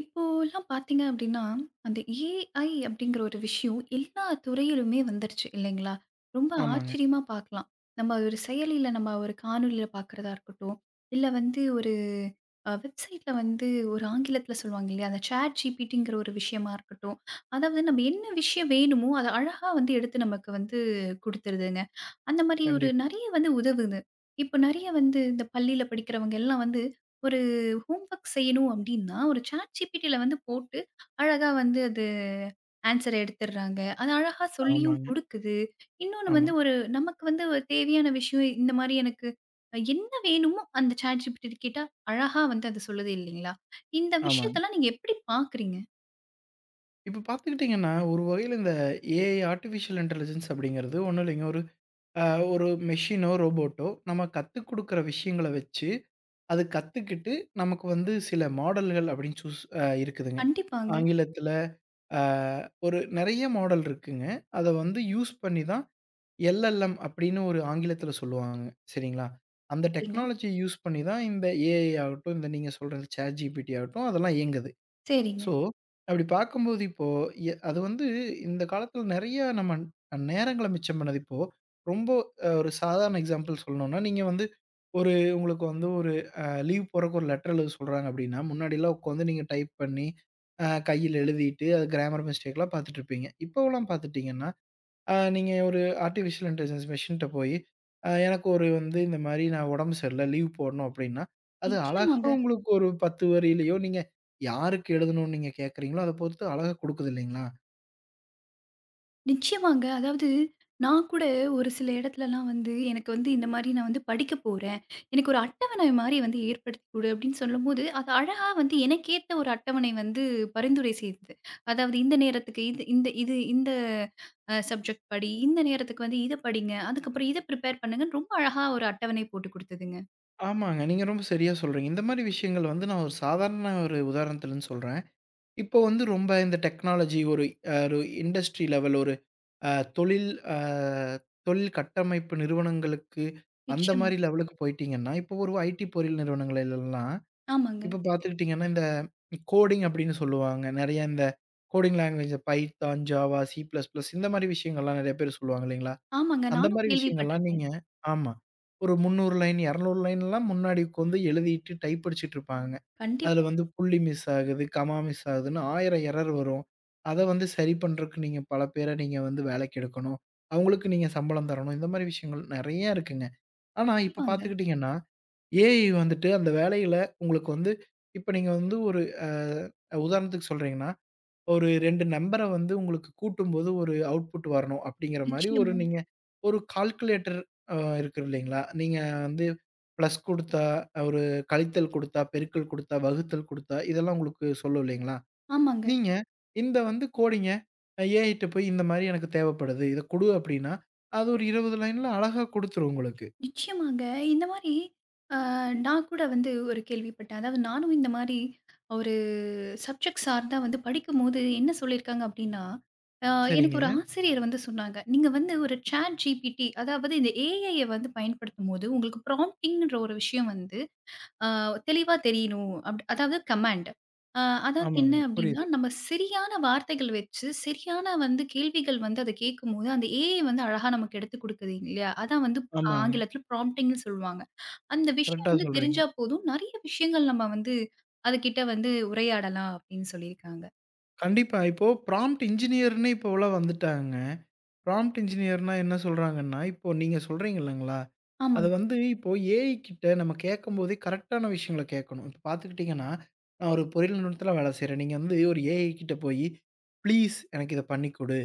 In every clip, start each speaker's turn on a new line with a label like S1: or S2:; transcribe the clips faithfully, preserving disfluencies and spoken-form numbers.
S1: இப்போலாம் பார்த்தீங்க அப்படின்னா, அந்த ஏஐ அப்படிங்கிற ஒரு விஷயம் எல்லா துறையிலுமே வந்துருச்சு இல்லைங்களா? ரொம்ப
S2: ஆமாங்க.
S1: ஆச்சரியமா பார்க்கலாம். நம்ம ஒரு செயலியில நம்ம ஒரு காணொளியில பார்க்கிறதா இருக்கட்டும், இல்ல வந்து ஒரு அ வெப்சைட்ல வந்து ஒரு ஆங்கிலத்தில சொல்லுவாங்க இல்லையா? அந்த ChatGPTங்கிற ஒரு விஷயமா இருக்கட்டும், அதாவது நம்ம என்ன விஷயம் வேணுமோ அத அழகா வந்து எடுத்து நமக்கு வந்து குடுத்துருதுங்க. அந்த மாரி ஒரு
S2: கண்டிப்பா.
S1: நெறைய வந்து உதவுது. இப்ப நெறைய வந்து இந்த பள்ளியில படிக்கிறவங்க எல்லாம் வந்து ஒரு ஹோம் ஒர்க் செய்யணும் அப்படின்னா, ஒரு சாட் ஜிபிடில வந்து போட்டு, அழகா வந்து அது ஆன்ஸர எடுத்துடுறாங்க. அது அழகா சொல்லியும்
S2: ஆமாங்க.
S1: குடுக்குது. இன்னொன்னு
S2: ஆமா,
S1: வந்து ஒரு நமக்கு வந்து ஒரு தேவையான விஷயம் இந்த மாரி எனக்கு அஹ், என்ன வேணுமோ அந்த சாட் ஜிபிடி கேட்டா, அழகா வந்து அது சொல்லுது இல்லைங்களா? இந்த
S2: ஆமாங்க.
S1: விஷயத்தெல்லாம் நீங்க எப்படி பார்க்குறீங்க?
S2: இப்ப பார்த்துக்கிட்டீங்கன்னா, ஒரு வகையில இந்த ஏஐ ஆர்டிஃபிஷியல் இன்டெலிஜென்ஸ் அப்படிங்கிறது ஒண்ணும் இல்லைங்க. ஒரு அ ஒரு மெஷினோ, ரோபோட்டோ நம்ம கத்துக் குடுக்குற விஷயங்கள வச்சு, அது கத்துக்கிட்டு நமக்கு வந்து சில மாடல்கள் அப்படின்னு சூஸ் அ இருக்குதுங்க.
S1: கண்டிப்பாங்க.
S2: ஆங்கிலத்தில அ ஒரு நெறைய மாடல் இருக்குங்க. அத வந்து யூஸ் பண்ணி தான் எல்எல்எம் அப்படின்னு ஒரு ஆங்கிலத்தில சொல்லுவாங்க. சரிங்களா? அந்த
S1: ஓகேங்க.
S2: டெக்னாலஜிய யூஸ் பண்ணி தான் இந்த ஏஐ ஆகட்டும், இந்த நீங்க சொல்ற இந்த சாட் ஜிபிடி ஆகட்டும் அதெல்லாம் இயங்குது.
S1: சரிங்க.
S2: ஸோ, அப்படி பார்க்கும்போது இப்போ எ அது வந்து இந்த காலத்தில நெறையா நம்ம நேரங்கள மிச்சம் பண்ணது. இப்போ ரொம்ப அ ஒரு சாதாரண எக்ஸாம்பிள் சொல்லணும்னா, நீங்க வந்து ஒரு உங்களுக்கு வந்து ஒரு லீவ் போடுறக்கு ஒரு லெட்டர் எழுத சொல்றாங்க அப்படின்னா, முன்னாடிலாம் உட்காந்து நீங்க டைப் பண்ணி, அ கையில எழுதிட்டு அது கிராமர் மிஸ்டேக்லாம் பார்த்துட்டுருப்பீங்க. இப்போவெல்லாம் பார்த்துட்டீங்கன்னா ஆ நீங்க ஒரு ஆர்டிஃபிஷியல் இன்டெலிஜென்ஸ் மெஷின்ட்ட போயி, அ எனக்கு ஒரு வந்து இந்த மாரி நான் உடம்பு சரியில்ல, லீவ் போடணும் அப்டின்னா, அது அழகா
S1: நிச்சயமாங்க.
S2: உங்களுக்கு ஒரு பத்து வரியிலயோ, நீங்க யாருக்கு எழுதணும்னு நீங்க கேட்குறீங்களோ, அத பொறுத்து அழகா குடுக்குது இல்லைங்களா?
S1: நிச்சயமாங்க. அதாவது நான் கூட ஒரு சில இடத்துலலாம் வந்து எனக்கு வந்து இந்த மாரி நான் வந்து படிக்க போறேன். எனக்கு ஒரு அட்டவணை மாரி வந்து ஏற்படுத்தி குடு அப்படின்னு சொல்லும்போது, அது அழகா வந்து எனக்கேத்த ஒரு அட்டவணை வந்து பரிந்துரை செய்தது. அதாவது இந்த நேரத்துக்கு இது இந்த இது இந்த அ சப்ஜெக்ட் படி, இந்த நேரத்துக்கு வந்து இத படிங்க, அதுக்கப்புறம் இத பிரிப்பேர் பண்ணுங்கன்னு ரொம்ப அழகா ஒரு அட்டவணை போட்டு குடுத்ததுங்க.
S2: ஆமாங்க. நீங்க ரொம்ப சரியா சொல்றீங்க. இந்த மாரி விஷயங்கள் வந்து நான் ஒரு சாதாரண ஒரு உதாரணத்துலருந்து சொல்றேன். இப்போ வந்து ரொம்ப இந்த டெக்னாலஜி ஒரு அ ஒரு இண்டஸ்ட்ரி லெவல் ஒரு அ தொழில் அ தொழில் கட்டமைப்பு நிறுவனங்களுக்கு அந்த
S1: நிச்சயமா.
S2: மாரி லெவலுக்கு போயிட்டீங்கன்னா, இப்போ ஒரு ஐடி பொறியியல் நிறுவனங்கள் எல்லாம்
S1: ஆமாங்க.
S2: இப்ப பார்த்துக்கிட்டீங்கன்னா, இந்த கோடிங் அப்படின்னு சொல்லுவாங்க. நெறைய இந்த coding language Python, Java, C plus plus இந்த மாரி விஷயங்கள்லாம் நெறைய பேர் சொல்லுவாங்க இல்லைங்களா?
S1: ஆமாங்க.
S2: அந்த
S1: நானும்
S2: மாரி விஷயங்கள்லாம்
S1: கேள்விப்பட்டுருக்கேன்.
S2: நீங்க ஆமா. ஒரு முந்நூறு லைன், இருநூறு லைன்லாம் முன்னாடி உட்காந்து எழுதிட்டு டைப் அடிச்சுட்டு இருப்பாங்க. அதுல
S1: கண்டிப்பா,
S2: வந்து புள்ளி மிஸ் ஆகுது, கமா மிஸ் ஆகுதுன்னு ஆயிரம் எரர் வரும். அத வந்து சரி பண்றதுக்கு நீங்க பல பேர நீங்க வந்து வேலைக்கு எடுக்கணும். அவங்களுக்கு நீங்க சம்பளம் தரணும். இந்த மாரி விஷயங்கள் நெறைய இருக்குங்க. ஆனா இப்ப
S1: கண்டிப்பாங்க.
S2: பார்த்துக்கிட்டீங்கன்னா ஏஐ வந்துட்டு அந்த வேலையில உங்களுக்கு வந்து இப்ப நீங்க வந்து ஒரு அ உதாரணத்துக்கு சொல்றீங்கன்னா, ஒரு இரண்டு நம்பர வந்து உங்களுக்கு கூட்டும்போது ஒரு அவுட்புட் வரணும் அப்படிங்கிற மாரி ஒரு
S1: நிச்சயமா.
S2: நீங்க ஒரு கால்குலேட்டர் அ இருக்கு இல்லைங்களா? நீங்க வந்து பிளஸ் குடுத்தா, ஒரு கழித்தல் குடுத்தா, பெருக்கல் குடுத்தா, வகுத்தல் குடுத்தா, இதெல்லாம் உங்களுக்கு சொல்லும் இல்லைங்களா?
S1: ஆமாங்க.
S2: நீங்க இந்த வந்து கோடிங்க ஏஐட்ட போய் இந்த மாரி எனக்கு தேவைப்படுது. இத குடு அப்படின்னா, அது ஒரு இருபது லைன்ல அழகா குடுத்துரும் உங்களுக்கு.
S1: நிச்சயமாங்க. இந்த மாரி அ நான் கூட வந்து ஒரு கேள்விப்பட்டேன். அதாவது நானும் இந்த மாரி ஒரு சப்ஜெக்ட் சார்ந்தா வந்து படிக்கும்போது என்ன சொல்லியிருக்காங்க அப்டின்னா, அ எனக்கு ஒரு
S2: சரிங்க.
S1: ஆசிரியர் வந்து சொன்னாங்க. "நீங்க வந்து ஒரு Chat G P T அதாவது இந்த ஏஐய வந்து பயன்படுத்தும்போது உங்களுக்கு ப்ராம்ப்டிங்ன்ற ஒரு விஷயம் வந்து ஆ தெளிவா தெரியணும். அப்டி அதாவது கமாண்ட். ஆ அதாவது என்ன
S2: ஆமாங்க.
S1: அப்டின்னா,
S2: புரியுது.
S1: நம்ம சரியான வார்த்தைகள் வச்சு, சரியான வந்து கேள்விகள் வந்து அத கேட்கும்போது, அந்த ஏஐ வந்து அழகா நமக்கு எடுத்துக் குடுக்குது இல்லையா? அதான் வந்து
S2: ஆமாங்க.
S1: ஆங்கிலத்தில ப்ராம்ப்டிங்ன்னு சொல்லுவாங்க. அந்த விஷயம்
S2: கரெக்ட்டா
S1: வந்து
S2: சொல்றீங்க.
S1: தெரிஞ்சா போதும், நெறைய விஷயங்கள் நம்ம வந்து அதுகிட்ட வந்து உரையாடலாம் அப்டின்னு சொல்லியிருக்காங்க.
S2: கண்டிப்பா. இப்போ ப்ராம்ப்ட் இன்ஜினியர்ன்னு இப்போலாம் வந்துட்டாங்க. ப்ராம்ப்ட் இன்ஜினியர்ன்னா என்ன சொல்றாங்கன்னா, இப்போ நீங்க சொல்றீங்க இல்லங்களா, அது
S1: ஆமாங்க.
S2: வந்து இப்போ ஏஐ கிட்ட நம்ம கேட்கும்போதே கரெக்ட்டான விஷயங்கள கேட்கணும். இப்ப பார்த்துக்கிட்டீங்கன்னா, நான் ஒரு பொறியியல் நிறுவனத்தில வேலை செய்றேன். நீங்க வந்து ஒரு ஏஐ கிட்ட போயி, "ப்ளீஸ் எனக்கு இத பண்ணி குடு.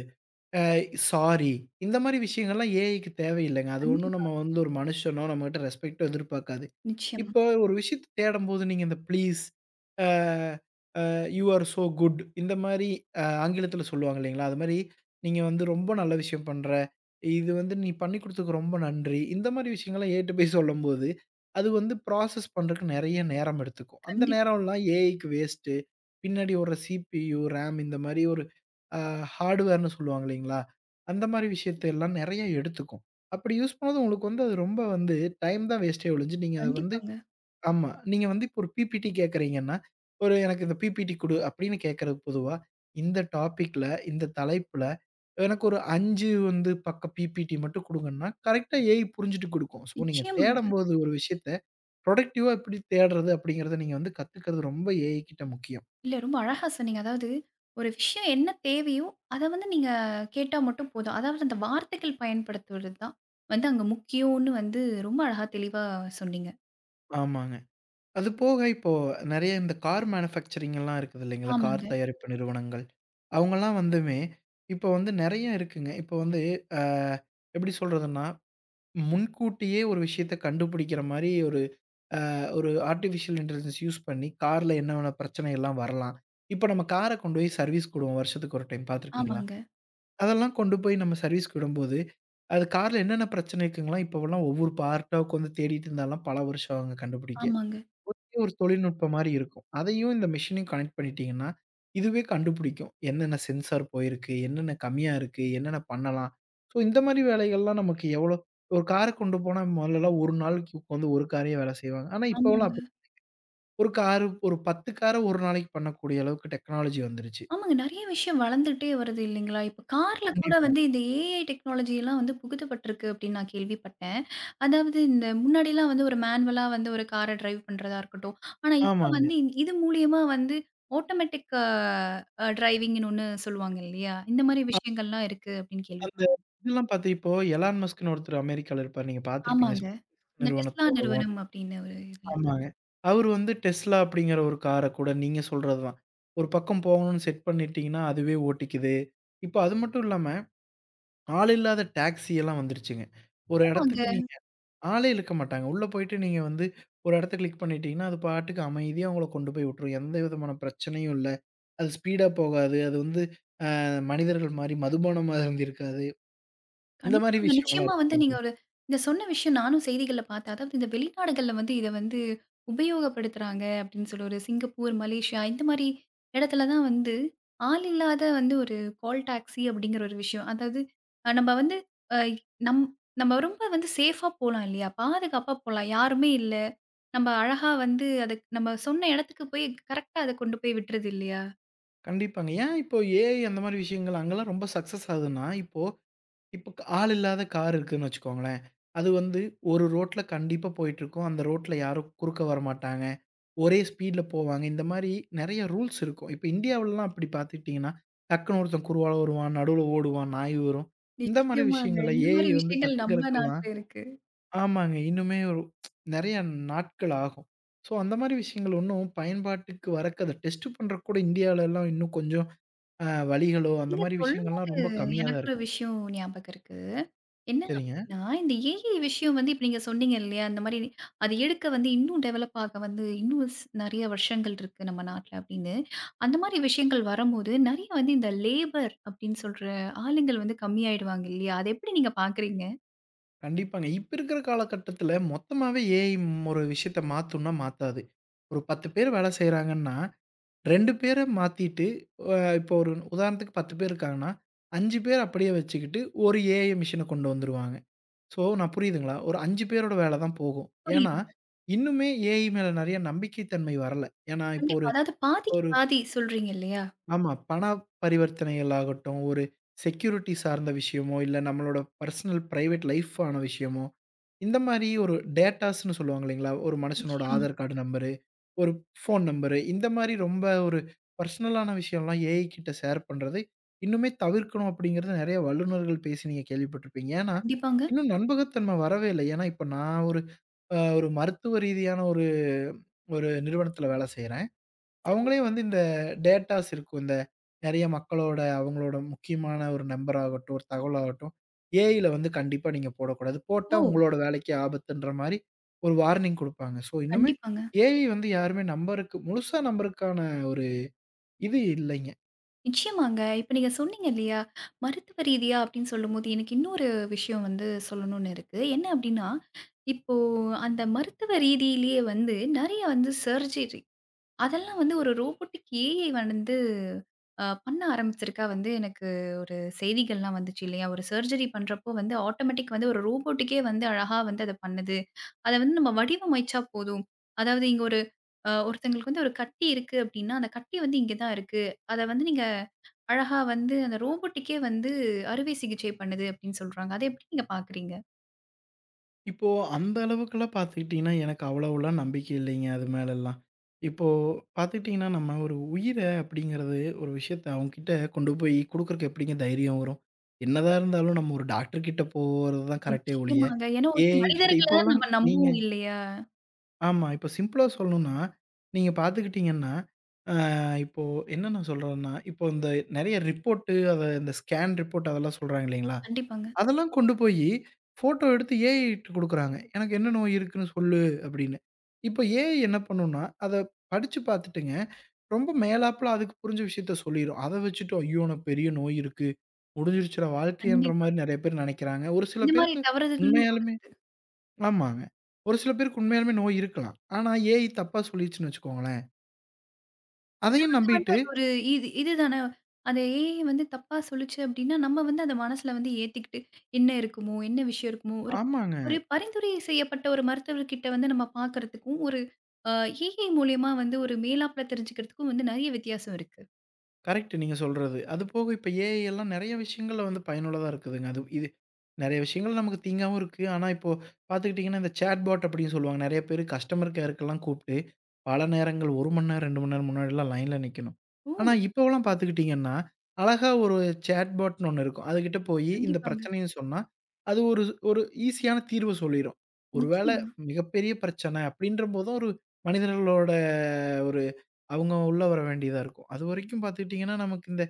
S2: அ சாரி." இந்த மாரி விஷயங்கள்லாம் ஏஐக்கு தேவையில்லங்க. அது ஒண்ணும்
S1: கண்டிப்பா.
S2: நம்ம வந்து ஒரு மனுஷனோ, நம்மகிட்ட ரெஸ்பெக்ட்டோ எதிர்பார்க்காது.
S1: நிச்சயமா.
S2: இப்போ ஒரு விஷயத்த தேடும்போது நீங்க இந்த ப்ளீஸ், அ யூ ஆர் சோ குட் இந்த மாரி அ ஆங்கிலத்தில சொல்லுவாங்க இல்லைங்களா? அது மாரி நீங்க வந்து ரொம்ப நல்ல விஷயம் பண்ற. இது வந்து நீ பண்ணி குடுத்ததுக்கு ரொம்ப நன்றி. இந்த மாரி விஷயங்கள்லாம் ஏட்டு போய் சொல்லும்போது, அது வந்து ப்ராசஸ் பண்றதுக்கு நெறைய நேரம் எடுத்துக்கும். அந்த
S1: கண்டிப்
S2: நேரம்லாம் ஏஐக்கு வேஸ்ட்டு. பின்னாடி ஓடுற சிபியு, ரேம் இந்த மாரி ஒரு அ ஹார்ட்வேர்ன்னு சொல்லுவாங்க இல்லைங்களா? அந்த மாரி விஷயத்த எல்லாம் நெறைய எடுத்துக்கும். அப்படி யூஸ் பண்ணும்போது உங்களுக்கு வந்து அது ரொம்ப வந்து டைம் தான் வேஸ்ட்டே ஒழிஞ்சு, நீங்க அத வந்து
S1: கண்டிப்பாங்க.
S2: ஆமா. நீங்க வந்து இப்போ ஒரு பிபிடி கேட்கறீங்கன்னா, ஒரு எனக்கு இந்த பிபிடி குடு அப்படின்னு கேட்கறது பொதுவா, இந்த டாபிக்ல, இந்த தலைப்புல எனக்கு ஒரு ஐந்து வந்து பக்க பிபிடி மட்டும் குடுங்கன்னா, கரெக்ட்டா ஏஐ புரிஞ்சுட்டு குடுக்கும். ஸோ நீங்க
S1: நிச்சயமாங்க.
S2: தேடம்போது ஒரு விஷயத்த புரொடக்டிவா எப்படி தேடுறது அப்படிங்கிறத நீங்க வந்து கத்துக்கிறது ரொம்ப ஏஐ கிட்ட முக்கியம்.
S1: இல்ல ரொம்ப அழகா சொன்னீங்க. அதாவது, ஒரு விஷயம் என்ன தேவையோ, அத வந்து நீங்க கேட்டா மட்டும் போதும். அதாவது அந்த வார்த்தைகள் பயன்படுத்துவது தான் வந்து அங்க முக்கியம்னு வந்து ரொம்ப அழகா தெளிவா சொன்னீங்க.
S2: ஆமாங்க. அது போக இப்போ நெறைய இந்த கார் மேனுஃபேக்சரிங் எல்லாம் இருக்குது இல்லைங்களா? கார்
S1: ஆமாங்க,
S2: தயாரிப்பு நிறுவனங்கள். அவங்கலாம் வந்துமே, இப்போ வந்து நெறைய இருக்குங்க. இப்போ வந்து அ எப்படி சொல்றதுன்னா முன்கூட்டியே ஒரு விஷயத்த கண்டுபிடிக்கிற மாரி ஒரு அ ஒரு ஆர்டிஃபிஷியல் இன்டெலிஜென்ஸ் யூஸ் பண்ணி, கார்ல என்னென்ன பிரச்சனை எல்லாம் வரலாம். இப்ப நம்ம கார கொண்டு போய் சர்வீஸ்க்கு விடுவோம் வருஷத்துக்கு ஒரு டைம் பார்த்துருக்கீங்களா?
S1: ஆமாங்க,
S2: அதெல்லாம் கொண்டு போய் நம்ம சர்வீஸ்க்கு விடும்போது, அது கார்ல என்னென்ன பிரச்சனை இருக்குங்கலாம் இப்போவெல்லாம் ஒவ்வொரு பார்ட்டா உட்காந்து தேடிட்டு இருந்தாலாம் பல வருஷம் ஆகுங்க கண்டுபிடிக்க.
S1: ஆமாங்க,
S2: ஒரு தொழில்நுட்பம் மாரி இருக்கும். அதையும் இந்த மெஷினையும் கனெக்ட் பண்ணிட்டீங்கன்னா, இதுவே கண்டுபிடிக்கும். என்னென்ன சென்சார் போயிருக்கு? என்னென்ன கம்மியா இருக்கு? என்னென்ன பண்ணலாம்? ஸோ இந்த மாரி வேலைகள்லாம் நமக்கு எவ்வளோ ஒரு கார கொண்டு போனா முதல்லலாம் ஒரு நாளைக்கு உட்காந்து ஒரு காரே வேலை செய்வாங்க. ஆனா இப்போலாம்
S1: ஆமாங்க.
S2: அப்படி ஒரு காரு ஒரு பத்து கார ஒரு நாளைக்கு பண்ணக்கூடிய அளவுக்கு டெக்னாலஜி வந்துருச்சு.
S1: ஆமாங்க. நெறைய விஷயம் வளர்ந்துட்டே வருது இல்லைங்களா? இப்ப கார்ல கூட
S2: கண்டிப்பா.
S1: வந்து இந்த ஏஐ டெக்னாலஜி எல்லாம் வந்து புகுத்தப்பட்டிருக்கு அப்படின்னு நான் கேள்விப்பட்டேன். அதாவது இந்த முன்னாடிலாம் வந்து ஒரு மேனுவலா வந்து ஒரு கார டிரைவ் பண்றதா இருக்கட்டும். ஆனா இப்ப
S2: ஆமாங்க.
S1: வந்து இந்- இது மூலியமா வந்து ஆட்டோமேட்டிக் அ டிரைவிங்ன்னு ஒண்ணு சொல்லுவாங்க இல்லையா? இந்த மாரி
S2: அ
S1: விஷயங்கள்லாம் இருக்கு அப்படின்னு கேள்விப்பட்டேன்.
S2: அந்த இதெல்லாம் பார்த்து இப்போ எலான் மஸ்க்ன்னு ஒருத்தர் அமெரிக்கால இருப்பாரு. நீங்க பார்த்துருப்பீங்க.
S1: ஆமாங்க. இந்த டெஸ்லா
S2: நிறுவனத்தோட
S1: நிறுவனம் அப்படின்னு ஒரு இதுல
S2: ஆமாங்க. அவரு வந்து Tesla அப்படிங்கிற ஒரு கார கூட நீங்க சொல்றது தான். ஒரு பக்கம் போகணும்னு செட் பண்ணிட்டீங்கன்னா, அதுவே ஓட்டிக்குது. இப்போ அது மட்டும் இல்லாம, ஆள் இல்லாத டாக்ஸி எல்லாம் வந்துருச்சுங்க. ஒரு இடத்துக்கு
S1: ஆமாங்க.
S2: நீங்க ஆளே இழுக்க மாட்டாங்க. உள்ள போயிட்டு நீங்க வந்து ஒரு இடத்த கிளிக் பண்ணிட்டீங்கன்னா, அது பாட்டுக்கு அமைதியா உங்கள கொண்டு போய் விட்டுரும். எந்த விதமான பிரச்சனையும் இல்ல. அது ஸ்பீடா போகாது. அது வந்து அ மனிதர்கள் மாரி மதுபானமா அருந்தியிருக்காது. இந்த மாரி
S1: கண்டிப்பாங்க.
S2: விஷயங்கள்லாம்
S1: நிச்சயமா
S2: இருக்கு
S1: வந்து நீங்க
S2: இல்லைங்களா?
S1: ஒரு இந்த சொன்ன விஷயம் நானும் செய்திகள்ல பார்த்தேன். அதாவது இந்த வெளிநாடுகள்ல வந்து இத வந்து உபயோகப்படுத்துறாங்க அப்டின்னு சொல்லி ஒரு சிங்கப்பூர், மலேசியா இந்த மாரி இடத்துல தான் வந்து ஆள் இல்லாத வந்து ஒரு கால் டாக்ஸி அப்டிங்கிற ஒரு விஷயம். அதாவது அ நம்ம வந்து அ நம் நம்ம ரொம்ப வந்து சேஃபா போலாம் இல்லையா? பாதுகாப்பா போலாம். யாருமே இல்ல. நம்ம அழகா வந்து அத நம்ம சொன்ன இடத்துக்கு போய் கரெக்ட்டா அத கொண்டு போய் விட்டுருது இல்லையா?
S2: கண்டிப்பாங்க. ஏன் இப்போ ஏஐ அந்த மாரி விஷயங்கள் அங்கலாம் ரொம்ப சக்சஸ் ஆகுதுன்னா, இப்போ இப்ப க ஆள் இல்லாத கார் இருக்குன்னு வச்சுக்கோங்களேன். அது வந்து ஒரு ரோட்ல கண்டிப்பா போயிட்டுருக்கும். அந்த ரோட்ல யாரும் குறுக்க வரமாட்டாங்க. ஒரே ஸ்பீட்ல போவாங்க. இந்த மாரி நெறைய ரூல்ஸ் இருக்கும். இப்ப இந்தியாவுலலாம் அப்படி பார்த்துக்கிட்டீங்கன்னா, டக்குனு ஒருத்தன் குறுவால வருவான், நடுவுல ஓடுவான், நாய் வரும். இந்த மாரி
S1: நிச்சயமாங்க.
S2: விஷயங்கள
S1: இந்த
S2: ஏஐ
S1: மாரி
S2: வந்து
S1: விஷயங்கள் நம்ம
S2: கத்துக்கிறதுக்கெல்லாம்
S1: நாட்ல இருக்கு.
S2: ஆமாங்க. இன்னுமே ஒரு நெறைய நாட்கள் ஆகும். ஸோ அந்த மாரி விஷயங்கள் இன்னும் பயன்பாட்டுக்கு வரக்கு அத டெஸ்ட் பண்றக்கு கூட இந்தியாவுலலாம் இன்னும் கொஞ்சம் அ வழிகளோ, அந்த
S1: நீங்க
S2: மாரி
S1: சொல்
S2: விஷயங்கள்லாம் ரொம்ப கம்மியா தான்
S1: எனக்கு ஒரு
S2: இருக்கு.
S1: விஷயம் ஞாபகம் இருக்கு. என்ன
S2: சரிங்க.
S1: அப்டின்னா, இந்த ஏஐ விஷயம் வந்து இப்ப நீங்க சொன்னீங்க இல்லையா? அந்த மாரி அது எடுக்க வந்து இன்னும் டெவலப் ஆக வந்து இன்னும் ஸ் நெறைய வருஷங்கள் இருக்கு நம்ம நாட்ல அப்டின்னு. அந்த மாரி விஷயங்கள் வரும்போது, நெறைய வந்து இந்த லேபர் அப்டின்னு சொல்ற ஆளுங்கள் வந்து கம்மியாயிடுவாங்க இல்லையா? அத எப்டி நீங்க பார்க்குறீங்க?
S2: கண்டிப்பாங்க. இப்ப இருக்கிற காலகட்டத்தில மொத்தமாவே ஏஐ ஒரு விஷயத்த மாத்தும்னா மாத்தாது. ஒரு பத்து பேர் வேலை செய்றாங்கன்னா, இரண்டு பேர மாத்திட்டு அ இப்போ ஒரு உதாரணத்துக்கு பத்து பேர் இருக்காங்கன்னா, ஐந்து பேர் அப்படியே வச்சுக்கிட்டு ஒரு ஏஐ மிஷின கொண்டு வந்துருவாங்க. ஸோ நான் புரியுதுங்களா? ஒரு ஐந்து பேரோட வேல தான் போகும். ஏன்னா,
S1: புரியுதுங்க.
S2: இன்னுமே ஏஐ மேல நெறைய நம்பிக்கை தன்மை வரல. ஏன்னா இப்போ
S1: கண்டிப்பா.
S2: ஒரு
S1: அதாவது பாதிக்கு
S2: ஒரு
S1: பாதி சொல்றீங்க இல்லையா?
S2: ஆமா. பண பரிவர்த்தனைகள் ஆகட்டும், ஒரு செக்யூரிட்டி சார்ந்த விஷயமோ, இல்ல நம்மளோட பர்சனல் பிரைவேட் லைஃப் ஆன விஷயமோ, இந்த மாரி ஒரு டேட்டாஸ்ன்னு சொல்லுவாங்க இல்லைங்களா? ஒரு மனுஷனோட
S1: நிச்சயமா.
S2: ஆதார் கார்டு நம்பரு, ஒரு ஃபோன் நம்பரு, இந்த மாரி ரொம்ப ஒரு பர்சனலான விஷயம்லாம் ஏஐ கிட்ட ஷேர் பண்றது, இன்னுமே தவிர்க்கணும் அப்படிங்கிறது நெறைய வல்லுநர்கள் பேசி நீங்க கேள்விப்பட்டிருப்பீங்க. ஏன்னா,
S1: கண்டிப்பாங்க.
S2: இன்னும் நம்பகத்தன்மை வரவே இல்ல. ஏன்னா, இப்ப நான் ஒரு அ ஒரு மருத்துவ ரீதியான ஒரு ஒரு நிறுவனத்தில வேலை செய்றேன்.
S1: சரி.
S2: அவங்களே வந்து இந்த டேட்டாஸ் இருக்கும். இந்த நெறைய மக்களோட அவங்களோட முக்கியமான ஒரு நம்பர் ஆகட்டும், ஒரு தகவல் ஆகட்டும், ஏஐல வந்து கண்டிப்பா நீங்க போடக்கூடாது. போட்டா
S1: ஓ!
S2: உங்களோட வேலைக்கு ஆபத்துன்ற மாரி ஒரு வார்னிங் குடுப்பாங்க. ஸோ, இன்னுமே
S1: கண்டிப்பாங்க.
S2: ஏஐ வந்து யாருமே நம்பருக்கு முழுசா நம்பருக்கான ஒரு இது இல்லைங்க.
S1: நிச்சயமாங்க. இப்ப நீங்க சொன்னீங்க இல்லையா? மருத்துவ ரீதியா அப்டின்னு சொல்லும்போது, எனக்கு இன்னொரு விஷயம் வந்து சொல்லணும்னு இருக்கு. என்ன அப்டின்னா, இப்போ அந்த மருத்துவ ரீதியிலேயே வந்து நெறைய வந்து சர்ஜரி அதெல்லாம் வந்து ஒரு ரோபோட்டிக் ஏஐ வந்து அ பண்ண ஆரம்பிச்சிருக்கா வந்து எனக்கு ஒரு செய்திகள்லாம் வந்துச்சு இல்லையா? ஒரு சர்ஜரி பண்றப்போ வந்து ஆட்டோமேட்டிக் வந்து ஒரு ரோபோட்டுக்கே வந்து அழகா வந்து அத பண்ணுது. அத வந்து நம்ம வடிவமைச்சா போதும். அதாவது இங்க ஒரு அ ஒருத்தங்களுக்கு வந்து ஒரு கட்டி இருக்கு அப்டின்னா, அந்த கட்டி வந்து இங்க தான் இருக்கு. அத வந்து நீங்க அழகா வந்து அந்த ரோபோட்டுக்கே வந்து அறுவை சிகிச்சை பண்ணுது அப்படின்னு சொல்றாங்க. அத எப்படி நீங்க பார்க்குறீங்க?
S2: இப்போ அந்த அளவுக்குலாம் பார்த்துக்கிட்டிங்கன்னா, எனக்கு அவ்வளவுலாம் நம்பிக்கை இல்லைங்க அது மேலலாம். இப்போ பார்த்துக்கிட்டிங்கன்னா, நம்ம ஒரு உயிர அப்படிங்கிறது ஒரு விஷயத்த அவங்ககிட்ட கொண்டு போய் குடுக்குறக்கு எப்படிங்க தைரியம் வரும்? என்னதான் இருந்தாலும் நம்ம ஒரு டாக்டர் கிட்ட போறது தான் கரெக்ட்டே ஒழிய,
S1: நிச்சயமாங்க. ஏன்னா ஒரு
S2: ஏஐ கிட்ட
S1: மனிதர்கள தான்
S2: இப்போலாம்
S1: நம்ம
S2: நீங்க
S1: நம்புவோம் இல்லையா?
S2: ஆமா. இப்போ சிம்பிளா சொல்லணும்னா, நீங்க பார்த்துக்கிட்டிங்கன்னா, அ இப்போ என்ன நான் சொல்றேன்னா, இப்போ இந்த நெறைய ரிப்போர்ட்டு அத இந்த ஸ்கேன் ரிப்போர்ட் அதெல்லாம் சொல்றாங்க இல்லைங்களா?
S1: கண்டிப்பாங்க.
S2: அதெல்லாம் கொண்டு போயி, ஃபோட்டோ எடுத்து ஏஐ ட்ட குடுக்குறாங்க. "எனக்கு என்ன நோய் இருக்குன்னு சொல்லு" அப்படின்னு. இப்ப ஏஐ என்ன பண்ணும்னா, அத படிச்சு பார்த்துட்டுங்க, ரொம்ப மேலாப்புல அதுக்கு புரிஞ்ச விஷயத்த சொல்லிரும். அத வச்சுட்டு, "ஐயோ! எனக்கு பெரிய நோய் இருக்கு. முடிஞ்சிருச்சுடா வாழ்க்கைன்ற"
S1: கண்டிப்பா.
S2: மாரி நெறைய பேர் நெனைக்கிறாங்க. ஒரு சில
S1: இந்த மாரி
S2: பேருக்கு
S1: தவறுதல்களும்
S2: உண்மையாலுமே
S1: நடக்குது.
S2: ஆமாங்க. ஒரு சில பேருக்கு உண்மையாலுமே நோய் இருக்கலாம். ஆனா, ஏஐ தப்பா சொல்லிருச்சுன்னு வச்சுக்கோங்களேன். அதையும்
S1: இது வந்து
S2: நம்பிட்டு
S1: அது ஒரு இது இதுதானே அந்த ஏஐ வந்து தப்பா சொல்லுச்சு அப்படின்னா, நம்ம வந்து அத மனசுல வந்து ஏத்திக்கிட்டு, என்ன இருக்குமோ? என்ன விஷயம் இருக்குமோ? ஒரு
S2: ஆமாங்க.
S1: ஒரு பரிந்துரை செய்யப்பட்ட ஒரு மருத்துவர்கிட்ட வந்து நம்ம பார்க்கறதுக்கும், ஒரு அ ஏஐ மூலியமா வந்து ஒரு மேலாப்ல தெரிஞ்சுக்கிறதுக்கும் வந்து நெறைய வித்தியாசம் இருக்கு.
S2: கரெக்ட் நீங்க சொல்றது. அது போக இப்ப ஏஐ எல்லாம் நெறைய விஷயங்கள்ல வந்து பயனுள்ளதா இருக்குதுங்க. அது இது நெறைய விஷயங்கள் நமக்கு தீங்காவும் இருக்கு. ஆனா, இப்போ பார்த்துக்கிட்டீங்கன்னா, இந்த சேட்பாட் அப்படின்னு சொல்லுவாங்க. நெறைய பேரு கஸ்டமர் கேர்க்கெல்லாம் கூப்பிட்டு, பல நேரங்கள் ஒரு மணி நேரம், இரண்டு மணி நேரம் முன்னாடிலாம் லைன்ல நிக்கணும்.
S1: ஓ!
S2: ஆனா, இப்போலாம் பார்த்துக்கிட்டீங்கன்னா, அழகா ஒரு சேட்பாட்ன்னு ஒண்ணு இருக்கும். அதுகிட்ட போயி இந்த
S1: கண்டிப்பாங்க.
S2: பிரச்சனையும் சொன்னா, அது ஒரு ஒரு ஈஸியான தீர்வ சொல்லிரும். ஒருவேள
S1: நிச்சயமா.
S2: மிகப்பெரிய பிரச்சனை அப்படின்ற போதும் ஒரு மனிதர்களோட ஒரு அவங்க உள்ள வர வேண்டியதா இருக்கும். அதுவரைக்கும் பார்த்துக்கிட்டீங்கன்னா, நமக்கு இந்த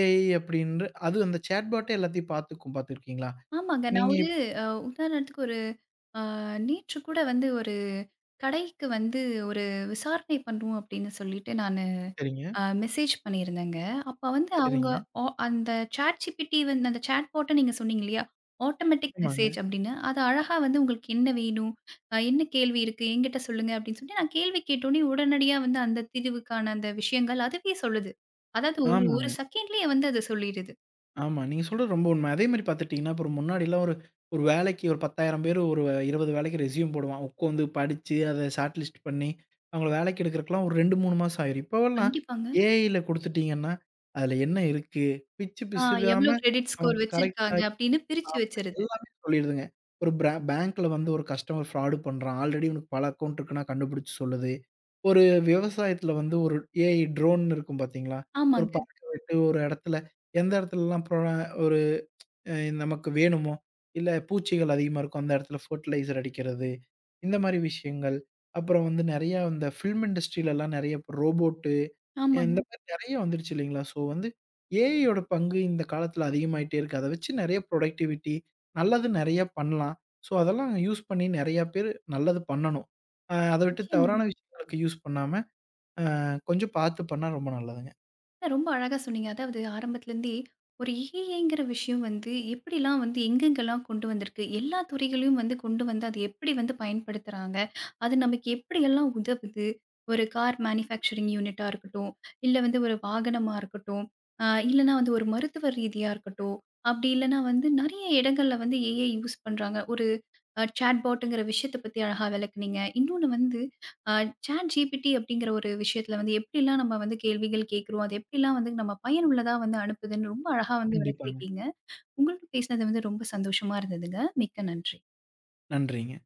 S2: ஏஐ அப்படின்ற அது அந்த சேட் பாட்டே எல்லாத்தையும் பார்த்துக்கும் பார்த்துருக்கீங்களா?
S1: ஆமாங்க. நான்
S2: நீங்க
S1: ஒரு
S2: இப்
S1: அ உதாரணத்துக்கு ஒரு அ நேற்று கூட வந்து ஒரு கடைக்கு வந்து ஒரு விசாரணை பண்ணுவோம் அப்படின்னு சொல்லிட்டு நானு
S2: சரிங்க,
S1: அ மெசேஜ் பண்ணியிருந்தேங்க. அப்ப வந்து அவங்க
S2: சரிங்க.
S1: ஒ அந்த ChatGPT வந்து அந்த சாட் பாட்ட நீங்க சொன்னீங்க இல்லையா? ஆட்டோமேட்டிக்
S2: ஆமாங்க,
S1: மெசேஜ் அப்படின்னு. அது அழகா வந்து உங்களுக்கு என்ன வேணும்? அ என்ன கேள்வி இருக்கு? என்கிட்ட சொல்லுங்க அப்படின்னு சொல்லி நான் கேள்வி கேட்டோனே உடனடியா வந்து அந்த தீர்வுக்கான அந்த விஷயங்கள் அதுவே சொல்லுது. அதாவது ஒரு
S2: ஆமாங்க,
S1: ஒரு செகண்ட்லயே வந்து அது சொல்லிடுது.
S2: ஆமா. நீங்க சொல்றது ரொம்ப உண்மை. அதே மாரி பார்த்துட்டீங்கன்னா, அப்புறம் முன்னாடிலாம் ஒரு ஒரு வேலைக்கு ஒரு பத்தாயிரம் பேர் ஒரு இருபது வேலைக்கு ரெஸ்யூம் போடுவான். உட்காந்து படிச்சு, அத ஷார்ட் லிஸ்ட் பண்ணி, அவங்கள வேலைக்கு எடுக்கிறதுக்குலாம் ஒரு இரண்டு, மூணு மாசம் ஆயிரும். இப்போவெல்லாம்
S1: கண்டிப்பாங்க.
S2: ஏஐல குடுத்துட்டீங்கன்னா, அதுல என்ன இருக்கு? பிச்சு
S1: ஆ எவ்ளோ
S2: பிசுறாம
S1: கிரெடிட்
S2: அவன்
S1: ஸ்கோர்
S2: கரெக்ட்டா
S1: வச்சிருக்காங்க அப்படின்னு பிரிச்சு வச்சிருது.
S2: எல்லாமே சொல்லிடுதுங்க. ஒரு பிரா பேங்க்ல வந்து ஒரு கஸ்டமர் ஃப்ராடு பண்றான். ஆல்ரெடி இவனுக்கு பல அக்கவுண்ட் இருக்குன்னா கண்டுபிடிச்சு சொல்லுது. ஒரு விவசாயத்துல வந்து ஒரு ஏஐ ட்ரோன் இருக்கும் பார்த்தீங்களா? ஒரு
S1: ஆமாங்க,
S2: பறக்க விட்டு ஒரு இடத்துல எந்த இடத்துலலாம் ப்ரோ அ நமக்கு வேணுமோ! இல்ல பூச்சிகள் அதிகமா இருக்கும். அந்த இடத்துல ஃபெர்டிலைசர் அடிக்கிறது, இந்த மாரி விஷயங்கள். அப்புறம் வந்து நெறையா இந்த ஃபில்ம் இண்டஸ்ட்ரிலலாம் நெறைய இப்ப ரோபோட்டு, இந்த
S1: ஆமாங்க.
S2: மாரி நெறைய வந்துருச்சு இல்லைங்களா? ஸோ வந்து ஏஐயோட பங்கு இந்த காலத்துல அதிகமாயிட்டே இருக்கு. அத வச்சு நெறைய புரொடக்டிவிட்டி நல்லது நெறைய பண்ணலாம். ஸோ அதெல்லாம் யூஸ் பண்ணி நெறையா பேரு நல்லது பண்ணணும். அ அத விட்டு
S1: நிச்சயமா.
S2: தவறான விஷயங்களுக்கு யூஸ் பண்ணாம, கொஞ்சம் பார்த்து பண்ணா ரொம்ப நல்லதுங்க.
S1: ரொம்ப அழகா சொன்னீங்க. அதாவது ஆரம்பத்துலேருந்தே ஒரு ஏஐங்கிற விஷயம் வந்து எப்படிலாம் வந்து எங்கெங்கெல்லாம் கொண்டு வந்திருக்கு, எல்லா துறைகளையும் வந்து கொண்டு வந்து அது எப்படி வந்து பயன்படுத்துறாங்க, அது நமக்கு எப்படியெல்லாம் உதவுது, ஒரு கார் மேனுஃபேக்சரிங் யூனிட்டா இருக்கட்டும், இல்ல வந்து ஒரு வாகனமா இருக்கட்டும், அ இல்லன்னா வந்து ஒரு மருத்துவ ரீதியா இருக்கட்டும், அப்படி இல்லன்னா வந்து நெறைய இடங்கள்ல வந்து ஏஐ யூஸ் பண்றாங்க. ஒரு அ சாட்பாட்டுங்கிற விஷயத்த பத்தி அழகா விளக்குனீங்க. இன்னொன்னு வந்து அ சாட் ஜிபிடி அப்படிங்கிற ஒரு விஷயத்துல வந்து எப்படிலாம் நம்ம வந்து கேள்விகள் கேட்கிறோம், அது எப்படிலாம் வந்து நம்ம பயனுள்ளதா வந்து அனுப்புதுன்னு ரொம்ப அழகா வந்து
S2: கண்டிப்பாங்க.
S1: விளக்கியிருக்கீங்க. உங்களோட பேசினது வந்து ரொம்ப சந்தோஷமா இருந்ததுங்க. மிக்க நன்றி.
S2: நன்றிங்க.